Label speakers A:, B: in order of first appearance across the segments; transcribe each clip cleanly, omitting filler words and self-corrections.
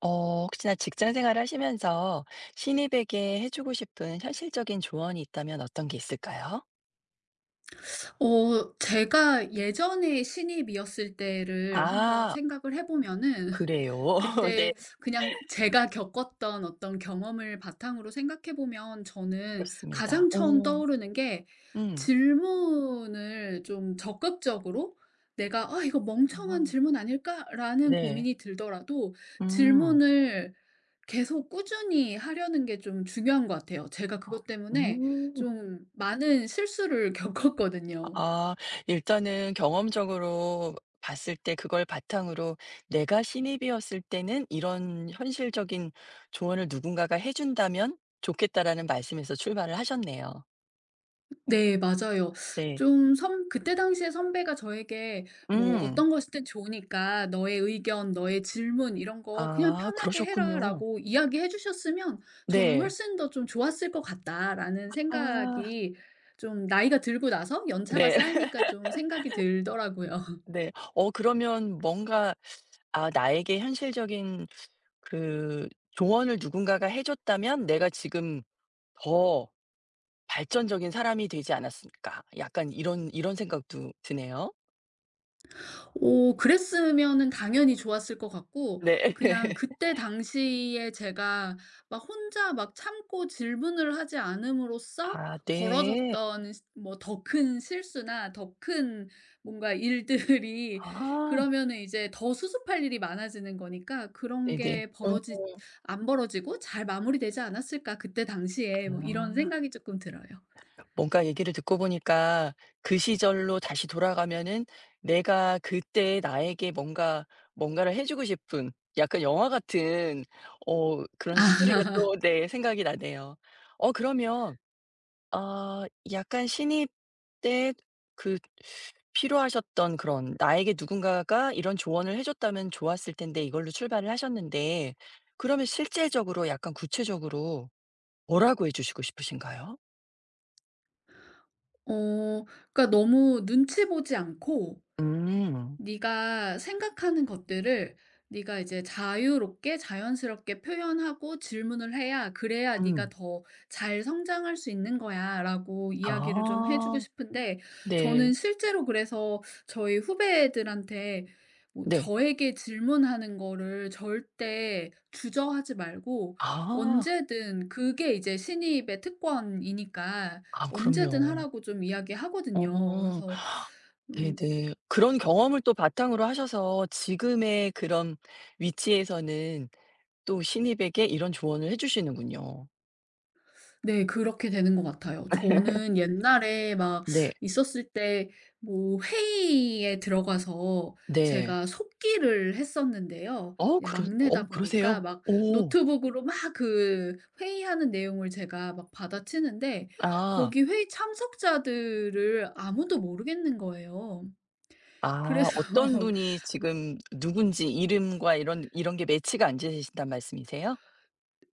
A: 혹시나 직장 생활을 하시면서 신입에게 해 주고 싶은 현실적인 조언이 있다면 어떤 게 있을까요?
B: 제가 예전에 신입이었을 때를 한번
A: 아
B: 생각을 해 보면은
A: 그래요? 네
B: 그때 그냥 제가 겪었던 어떤 경험을 바탕으로 생각해 보면, 저는
A: 그렇습니다.
B: 가장 처음
A: 오,
B: 떠오르는 게
A: 음.
B: 질문을 좀 적극적으로, 내가 '아 이거
A: 아
B: 멍청한 질문 아닐까?'라는
A: 네.
B: 고민이 들더라도
A: 음.
B: 질문을 계속 꾸준히 하려는 게 좀 중요한 것 같아요. 제가 그것 때문에
A: 오.
B: 좀 많은 실수를 겪었거든요.
A: 아 일단은 경험적으로 봤을 때 그걸 바탕으로 '내가 신입이었을 때는 이런 현실적인 조언을 누군가가 해 준다면 좋겠다.'라는 말씀에서 출발을 하셨네요.
B: 네, 맞아요.
A: 네.
B: 좀 선 그때 당시에 선배가 저에게 뭐
A: 음.
B: "어떤 것이든 좋으니까 너의 의견, 너의 질문 이런 거 그냥
A: 아
B: 편하게
A: 그러셨군요.
B: 해라."라고 이야기해 주셨으면 저는
A: 네.
B: '훨씬 더 좀 좋았을 것 같다.'라는
A: 아
B: 생각이, 좀 나이가 들고 나서 연차가
A: 네.
B: 쌓이니까 좀 생각이 들더라고요.
A: 네. 어 그러면 뭔가 아 나에게 현실적인 그 조언을 누군가가 해 줬다면 '내가 지금 더 발전적인 사람이 되지 않았을까.' 약간 이런 생각도 드네요.
B: 오, 그랬으면은 당연히 좋았을 것 같고,
A: 네.
B: 그냥 그때 당시에 제가 막 혼자 막 참고 질문을 하지 않음으로써
A: 아 네.
B: 벌어졌던 뭐 더 큰 실수나 더 큰 뭔가 일들이
A: 아
B: 그러면은 이제 더 수습할 일이 많아지는 거니까 '그런
A: 네네.
B: 게
A: 어.
B: 벌어지 안 벌어지고 잘 마무리되지 않았을까 그때 당시에.' 뭐 이런
A: 아.
B: 생각이 조금 들어요.
A: 뭔가 얘기를 듣고 보니까 그 시절로 다시 돌아가면은 내가 그때 나에게 뭔가 뭔가를 해 주고 싶은 약간 영화 같은 어 그런 스토리가 또 네 생각이 나네요. 어 그러면 어 약간 신입 때 그 필요하셨던 그런 나에게 누군가가 이런 조언을 해 줬다면 좋았을 텐데 이걸로 출발을 하셨는데 그러면 실제적으로 약간 구체적으로 뭐라고 해 주시고 싶으신가요?
B: 어 그러니까 너무 눈치 보지 않고
A: 음.
B: 네가 생각하는 것들을 네가 이제 자유롭게 자연스럽게 표현하고 질문을 해야, 그래야 네가
A: 음.
B: 더 잘 성장할 수 있는 거야라고 이야기를 좀 해주고
A: 아.
B: 싶은데, 저는
A: 네.
B: 실제로 그래서 저희 후배들한테 뭐
A: 네.
B: 저에게 질문하는 거를 절대 주저하지 말고
A: 아.
B: 언제든, 그게 이제 신입의 특권이니까
A: 아
B: 언제든
A: 그럼요.
B: 하라고 좀 이야기하거든요.
A: 어.
B: 그래서 음.
A: 네네. 그런 경험을 또 바탕으로 하셔서 지금의 그런 위치에서는 또 신입에게 이런 조언을 해 주시는군요.
B: 네. 그렇게 되는 것 같아요. 저는 옛날에 막
A: 네.
B: 있었을 때 뭐 회의에 들어가서
A: 네.
B: 제가 속기를 했었는데요.
A: 어
B: 이제
A: 그러 어
B: 막내다 보니까
A: 그러세요?
B: 막
A: 오.
B: 노트북으로 막 그 회의하는 내용을 제가 막 받아치는데,
A: 아.
B: 거기 회의 참석자들을 아무도 모르겠는 거예요.
A: 아
B: 그래서
A: 어떤 분이 지금 누군지 이름과 이런 게 매치가 안 되신단 말씀이세요?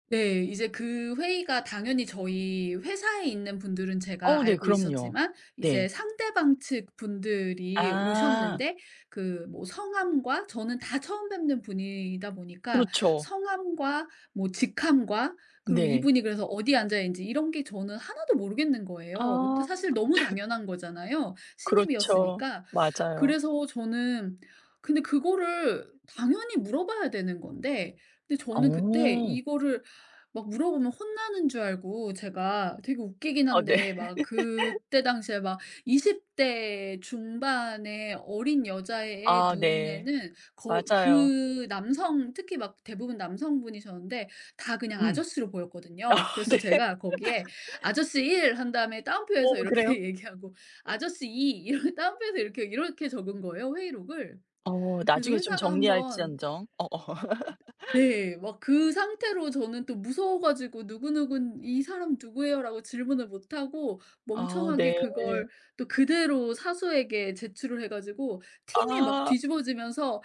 B: 네. 이제 그 회의가, 당연히 저희 회사에 있는 분들은 제가
A: 어 네.
B: 알고
A: 그럼요.
B: 있었지만 이제
A: 네.
B: 상대방 측 분들이
A: 아.
B: 오셨는데 그 뭐 성함과, 저는 다 처음 뵙는 분이다 보니까
A: 그렇죠.
B: 성함과 뭐 직함과 그리고
A: 네.
B: 이분이 그래서 어디 앉아야 있는지, 이런 게 저는 하나도 모르겠는 거예요. 근데
A: 아
B: 사실 너무 당연한 거잖아요,
A: 그렇죠.
B: 신입이었으니까.
A: 맞아요.
B: 그래서 저는 근데 그거를 당연히 물어봐야 되는 건데, 근데 저는 그때
A: 어.
B: 이거를 막 물어보면 혼나는 줄 알고, 제가 되게 웃기긴
A: 아 네.
B: 한데 막 그때 당시에 막 20대 중반의 어린 여자의
A: 아 네.
B: 눈에는 거
A: 맞아요.
B: 그 남성, 특히 막 대부분 남성분이셨는데 다 그냥
A: 음.
B: 아저씨로
A: 아
B: 보였거든요. 그래서
A: 네.
B: 제가 거기에 "아저씨 1" 한 다음에 따옴표에서
A: 오,
B: 이렇게
A: 그래요?
B: 얘기하고 "아저씨 2" 이런 따옴표에서 이렇게, 이렇게 적은 거예요, 회의록을.
A: 어
B: 그래서
A: 나중에 좀
B: 회사가 한번
A: 정리할지언정. 어어.
B: 네. 막 그 상태로 저는 또 무서워 가지고 "누구누군 이 사람 누구예요?"라고 질문을 못 하고
A: 아
B: 멍청하게
A: 네.
B: 그걸 또 그대로 사수에게 제출을 해 가지고 팀이 막
A: 아.
B: 뒤집어지면서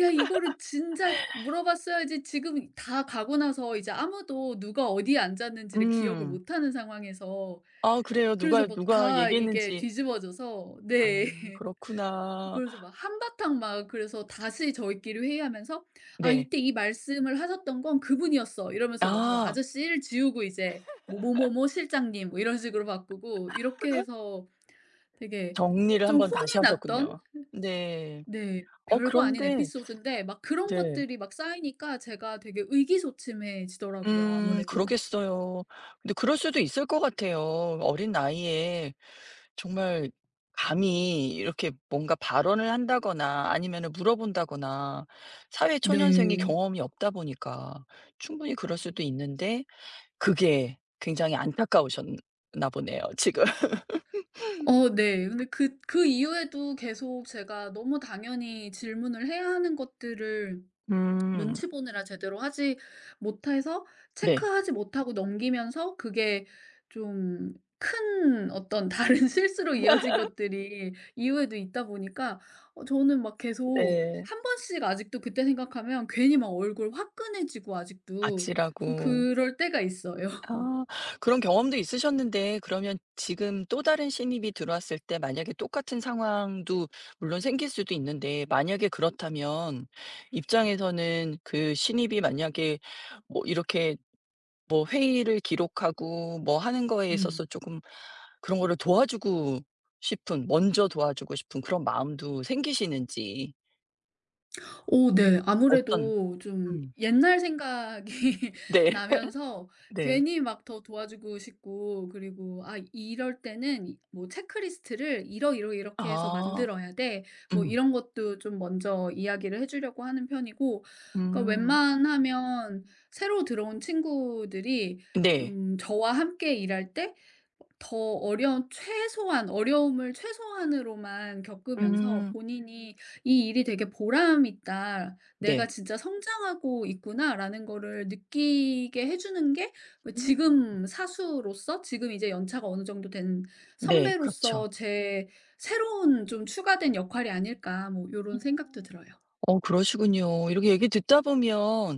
B: "야 이거를 진작 물어봤어야지." 지금 다 가고 나서 이제 아무도 누가 어디에 앉았는지를 기억을
A: 음.
B: 못 하는 상황에서
A: 아 그래요.
B: 그래서
A: 누가
B: 막
A: 누가
B: 다 이게
A: 얘기했는지
B: 뒤집어져서.
A: 아
B: 네.
A: 그렇구나.
B: 그래서 막 한바탕 막 그래서 다시 저희끼리 회의하면서 "아
A: 네.
B: 이때 이 말씀을 하셨던 건 그분이었어." 이러면서 막, 그래서
A: 아
B: 아저씨를 지우고 이제 뭐 "뭐뭐뭐 실장님." 뭐 이런 식으로 바꾸고 이렇게 해서 되게
A: 정리를
B: 좀
A: 한번
B: 혼이
A: 다시
B: 났던,
A: 하셨군요. 네.
B: 네,
A: 어
B: 별거 아닌
A: 그런데
B: 에피소드인데 막 그런
A: 네.
B: 것들이 막 쌓이니까 제가 되게 의기소침해지더라고요, 아무래도.
A: 그러겠어요. 근데 그럴 수도 있을 것 같아요. 어린 나이에 정말 감히 이렇게 뭔가 발언을 한다거나 아니면은 물어본다거나 사회 초년생이
B: 네.
A: 경험이 없다 보니까 충분히 그럴 수도 있는데 그게 굉장히 안타까우셨나 보네요 지금.
B: 네. 근데 그 그 이후에도 계속 제가 너무 당연히 질문을 해야 하는 것들을
A: 음.
B: 눈치 보느라 제대로 하지 못해서
A: 네.
B: 체크하지 못하고 넘기면서, 그게 좀 큰 어떤 다른 실수로 이어진 것들이 이후에도 있다 보니까 저는 막 계속
A: 네.
B: 한 번씩 아직도 그때 생각하면 괜히 막 얼굴 화끈해지고 아직도 좀
A: 아찔하고
B: 그럴 때가 있어요.
A: 아 그런 경험도 있으셨는데 그러면 지금 또 다른 신입이 들어왔을 때 만약에 똑같은 상황도 물론 생길 수도 있는데 만약에 그렇다면 입장에서는 그 신입이 만약에 뭐 이렇게 뭐 회의를 기록하고 뭐 하는 거에
B: 음.
A: 있어서 조금 그런 거를 도와주고 싶은 먼저 도와주고 싶은 그런 마음도 생기시는지
B: 오, 네.
A: 어떤
B: 아무래도 좀
A: 음.
B: 옛날 생각이
A: 네.
B: 나면서
A: 네.
B: 괜히 막 더 도와주고 싶고, 그리고 '아 이럴 때는 뭐 체크리스트를 이러이러 이렇게 해서
A: 아.
B: 만들어야 돼.' 뭐
A: 음.
B: 이런 것도 좀 먼저 이야기를 해 주려고 하는 편이고, 그러니까
A: 음.
B: 웬만하면 새로 들어온 친구들이
A: 네.
B: 좀 저와 함께 일할 때 더 어려운, 최소한 어려움을 최소한으로만 겪으면서
A: 음.
B: 본인이 '이 일이 되게 보람 있다. 내가
A: 네.
B: 진짜 성장하고 있구나.'라는 거를 느끼게 해 주는 게 뭐 지금 사수로서, 지금 이제 연차가 어느 정도 된
A: 네. 그렇죠.
B: 선배로서 제 새로운 좀 추가된 역할이 아닐까, 뭐 요런 생각도
A: 음.
B: 들어요.
A: 어 그러시군요. 이렇게 얘기 듣다 보면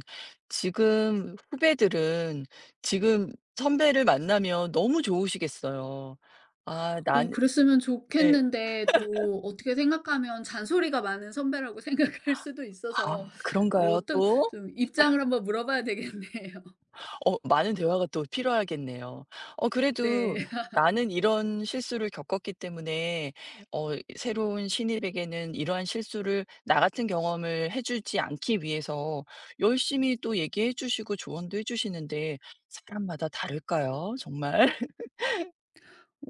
A: 지금 후배들은 지금 선배를 만나면 너무 좋으시겠어요. 아 난
B: 그랬으면
A: 네.
B: 좋겠는데, 또 어떻게 생각하면 잔소리가 많은 선배라고 생각할 수도 있어서,
A: 아 그런가요
B: 어떤
A: 또?
B: 좀 입장을 한번 물어봐야 되겠네요.
A: 어 많은 대화가 또 필요하겠네요. 어 그래도
B: 네.
A: 나는 이런 실수를 겪었기 때문에 어 새로운 신입에게는 이러한 실수를 나 같은 경험을 해 주지 않기 위해서 열심히 또 얘기해 주시고 조언도 해 주시는데 사람마다 다를까요? 정말?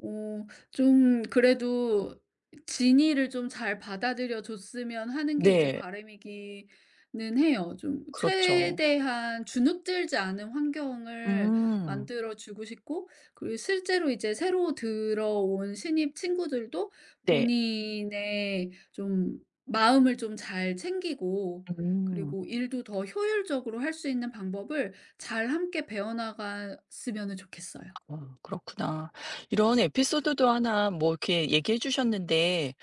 B: 좀 그래도 진의를 좀 잘 받아들여 줬으면 하는 게 이제
A: 네.
B: 바람이기는 해요. 좀
A: 그렇죠.
B: 최대한 주눅들지 않은 환경을
A: 음.
B: 만들어 주고 싶고, 그리고 실제로 이제 새로 들어온 신입 친구들도
A: 네.
B: 본인의 좀 마음을 좀 잘 챙기고,
A: 음.
B: 그리고 일도 더 효율적으로 할 수 있는 방법을 잘 함께 배워 나갔으면 좋겠어요.
A: 어 그렇구나. 이런 에피소드도 하나 뭐 이렇게 얘기해 주셨는데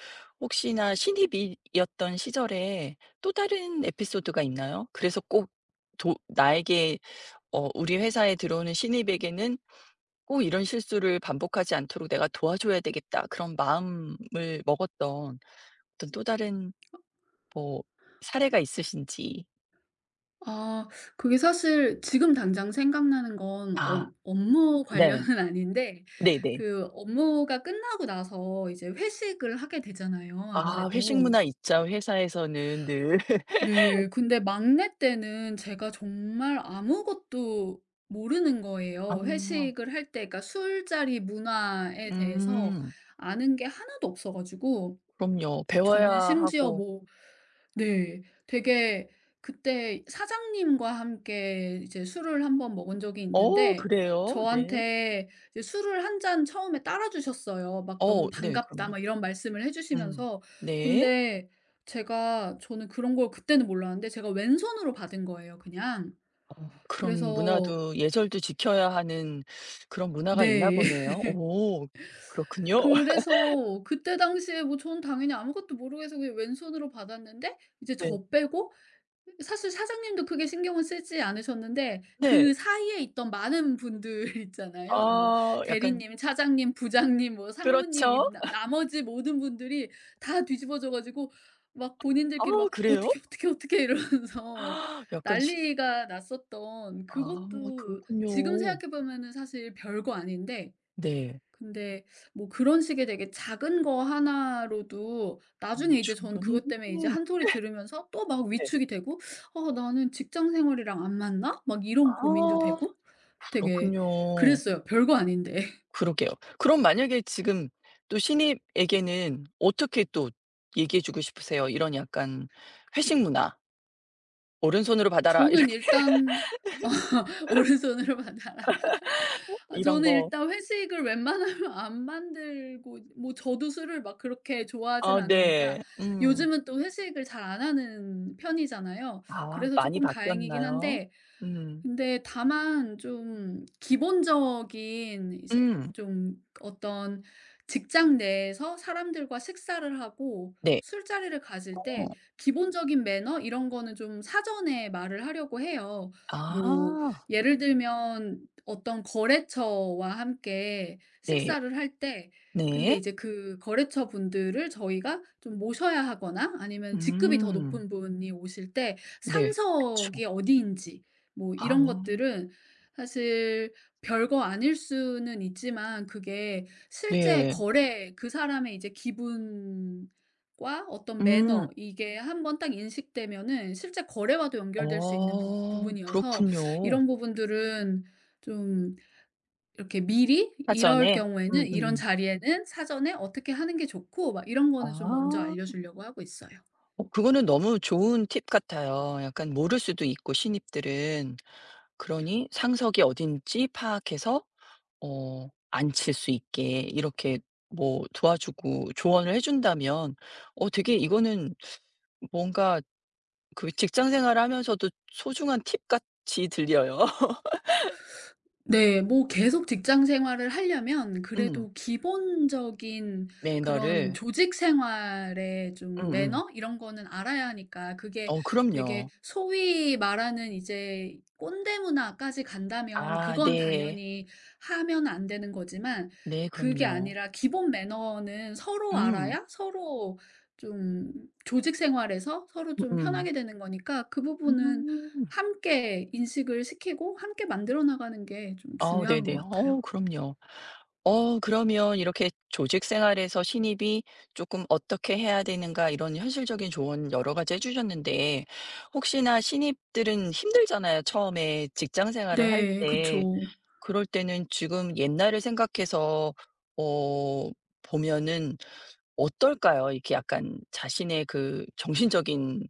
A: 혹시나 신입이었던 시절에 또 다른 에피소드가 있나요? 그래서 꼭 도 나에게 어 '우리 회사에 들어오는 신입에게는 꼭 이런 실수를 반복하지 않도록 내가 도와줘야 되겠다.' 그런 마음을 먹었던 어떤 또 다른 뭐 사례가 있으신지.
B: 아, 그게 사실 지금 당장 생각나는 건
A: 아
B: 업 업무
A: 네.
B: 관련은 아닌데,
A: 네네.
B: 그 업무가 끝나고 나서 이제 회식을 하게 되잖아요,
A: 아 회식
B: 아무래도.
A: 문화 있자 회사에서는 늘.
B: 네. 근데 막내 때는 제가 정말 아무것도 모르는 거예요.
A: 아.
B: 회식을 할 때 그러니까 술자리 문화에 대해서
A: 음.
B: 아는 게 하나도 없어 가지고,
A: 그럼요. 배워야
B: 저는 심지어
A: 하고
B: 뭐. 네. 되게 그때 사장님과 함께 이제 술을 한번 먹은 적이
A: 어
B: 있는데
A: 그래요? 네.
B: 저한테 이제 술을 한 잔 처음에 따라 주셨어요. 막 "너무
A: 어 네
B: 반갑다."
A: 그럼요.
B: 막 이런 말씀을 해
A: 음.
B: 주시면서.
A: 네.
B: 근데 제가 저는 그런 걸 그때는 몰랐는데 제가 왼손으로 받은 거예요, 그냥.
A: 어. 그런
B: 그래서.
A: 문화도 예절도 지켜야 하는 그런 문화가 있나
B: 네.
A: 보네요. 오 그렇군요.
B: 그래서 그때 당시에 뭐 저는 당연히 아무것도 모르겠어 그냥 왼손으로 받았는데, 이제
A: 네.
B: 저 빼고 사실 사장님도 크게 신경은 쓰지 않으셨는데
A: 네.
B: 그 사이에 있던 많은 분들 있잖아요. 뭐
A: 아 약간
B: 대리님, 차장님, 부장님, 뭐 상무님 이
A: 그렇죠.
B: 나 나머지 모든 분들이 다 뒤집어져 가지고 막
A: 아
B: 본인들끼리 막 어떻
A: 그래요?
B: 게 어떻게 어떻게 이러면서
A: 아, 약간 시
B: 난리가 났었던,
A: 아
B: 그것도 지금
A: 그렇군요.
B: 생각해 보면은 사실 별거 아닌데,
A: 네.
B: 근데 뭐 그런 식의 되게 작은 거 하나로도
A: 어
B: 나중에 이제 전
A: 충분히
B: 그것 때문에 이제 한 소리 들으면서 또 막
A: 네.
B: 위축이 되고 나는 직장 생활이랑 안 맞나?' 막 이런
A: 아
B: 고민도 되고 되게
A: 그렇군요.
B: 그랬어요, 별거 아닌데.
A: 그러게요. 그럼 만약에 지금 또 신입에게는 어떻게 또 얘기해 주고 싶으세요? 이런 약간 회식 문화, "오른손으로 받아라."
B: 저는
A: 이렇게
B: 일단 오른손으로 받아라. 아,
A: 이런
B: 저는
A: 거.
B: 일단 회식을 웬만하면 안 만들고 뭐 저도 술을 막 그렇게 좋아하진
A: 아
B: 않으니까,
A: 네. 음.
B: 요즘은 또 회식을 잘 안 하는 편이잖아요.
A: 아
B: 그래서
A: 많이
B: 쪼끔 다행이긴
A: 바뀌었나요?
B: 한데,
A: 음.
B: 근데 다만 좀 기본적인 이제
A: 음.
B: 좀 어떤 직장 내에서 사람들과 식사를 하고
A: 네.
B: 술자리를 가질
A: 어.
B: 때 기본적인 매너 이런 거는 좀 사전에 말을 하려고 해요. 뭐
A: 아.
B: 예를 들면 어떤 거래처와 함께
A: 네.
B: 식사를 할 때, 근데
A: 네.
B: 이제 그 거래처 분들을 저희가 좀 모셔야 하거나 아니면 직급이 더
A: 음.
B: 높은 분이 오실 때
A: 네. 그쵸.
B: 상석이 어디인지 뭐 이런
A: 아.
B: 것들은 사실 별거 아닐 수는 있지만, 그게 실제
A: 네.
B: 거래, 그 사람의 이제 기분과 어떤
A: 음.
B: 매너, 이게 한번 딱 인식되면은 실제 거래와도 연결될 수 있는
A: 어.
B: 부분이어서
A: 그렇군요.
B: 이런 부분들은 좀 이렇게 미리 이럴
A: 사전에?
B: 경우에는 이런
A: 음음음.
B: 자리에는 사전에 어떻게 하는 게 좋고 막 이런 거는 좀 먼저
A: 아.
B: 알려주려고 하고 있어요.
A: 어 그거는 너무 좋은 팁 같아요. 약간 모를 수도 있고 신입들은. 그러니 상석이 어딘지 파악해서 어 앉힐 수 있게 이렇게 뭐 도와주고 조언을 해 준다면 어 되게 이거는 뭔가 그 직장 생활을 하면서도 소중한 팁 같이 들려요.
B: 네. 뭐 계속 직장 생활을 하려면
A: 음.
B: 그래도 기본적인 그런
A: 매너를
B: 조직 생활의 좀
A: 음음.
B: 매너 이런 거는 알아야 하니까, 그게
A: 어
B: 되게
A: 그럼요.
B: 소위 말하는 이제 꼰대 문화까지 간다면
A: 아
B: 그건
A: 네.
B: 당연히 하면 안 되는 거지만,
A: 네
B: 그게
A: 그럼요.
B: 아니라 기본 매너는 서로
A: 음.
B: 알아야 서로 좀 조직 생활에서 서로 좀
A: 음음.
B: 편하게 되는 거니까, 그
A: 음.
B: 부분은
A: 음.
B: 함께 인식을 시키고 함께 만들어 나가는 게 좀
A: 아
B: 중요한 것
A: 네네.
B: 같아요.
A: 어 그럼요. 어 그러면 이렇게 조직 생활에서 신입이 조금 어떻게 해야 되는가 이런 현실적인 조언 여러 가지 해 주셨는데 혹시나 신입들은 힘들잖아요, 처음에 직장 생활을 할
B: 네,
A: 때.
B: 그쵸.
A: 그럴 때는 지금 옛날을 생각해서 어 보면은 어떨까요? 이렇게 약간 자신의 그 정신적인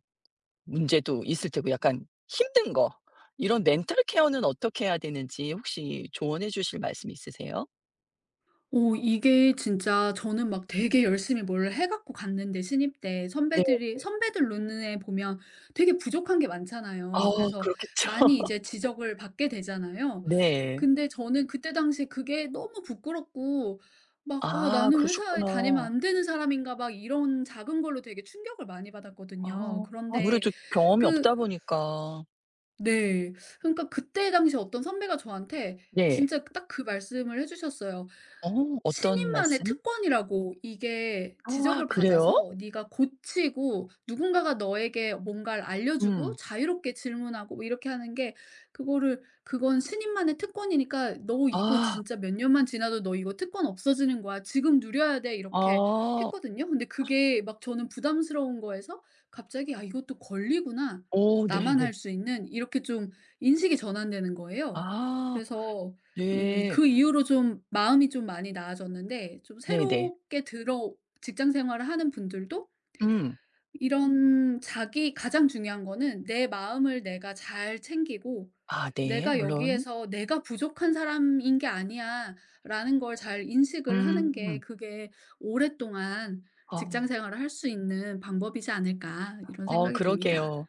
A: 문제도 있을 테고 약간 힘든 거 이런 멘탈 케어는 어떻게 해야 되는지 혹시 조언해 주실 말씀 있으세요?
B: 이게 진짜 저는 막 되게 열심히 뭘 해 갖고 갔는데 신입 때 선배들 눈에 보면 되게 부족한 게
A: 아
B: 많잖아요. 그래서
A: 그렇겠죠.
B: 많이 이제 지적을 받게 되잖아요.
A: 네.
B: 근데 저는 그때 당시에 그게 너무 부끄럽고 막 '아
A: 아
B: 나는 회사에 다니면
A: 그러셨구나.
B: 안 되는 사람인가.' 막 이런 작은 걸로 되게 충격을 많이
A: 아
B: 받았거든요. 그런데
A: 아무래도 경험이
B: 그
A: 없다 보니까
B: 네. 그러니까 그때 당시 어떤 선배가 저한테
A: 네.
B: 진짜 딱 그 말씀을 해 주셨어요.
A: 어 어떤
B: "신인만의
A: 말씀?
B: 특권이라고. 이게
A: 아
B: 지적을
A: 그래요?
B: 받아서 네가 고치고 누군가가 너에게 뭔가를 알려주고
A: 음.
B: 자유롭게 질문하고 뭐 이렇게 하는 게, 그거를 그건 신인만의 특권이니까 너 이거
A: 아.
B: 진짜 몇 년만 지나도 너 이거 특권 없어지는 거야. 지금 누려야 돼." 이렇게
A: 아.
B: 했거든요. 근데 그게 막 저는 부담스러운 거에서 갑자기 '아, 이것도 권리구나.
A: 오,
B: 나만 할
A: 네네.
B: 수 있는.' 이렇게 좀 인식이 전환되는 거예요.
A: 아
B: 그래서 좀
A: 네.
B: 그 이후로 좀 마음이 좀 많이 나아졌는데, 좀
A: 네네.
B: 새롭게 들어 직장 생활을 하는 분들도
A: 음.
B: 이런 자기 가장 중요한 거는 내 마음을 내가 잘 챙기고
A: 아 네.
B: '내가
A: 물론.
B: 여기에서 내가 부족한 사람인 게 아니야.'라는 걸 잘 인식을 하는 게,
A: 음.
B: 그게 오랫동안 직장
A: 아.
B: 생활을 할 수 있는 방법이지 않을까, 이런
A: 어
B: 생각이 듭니다.
A: 그러게요.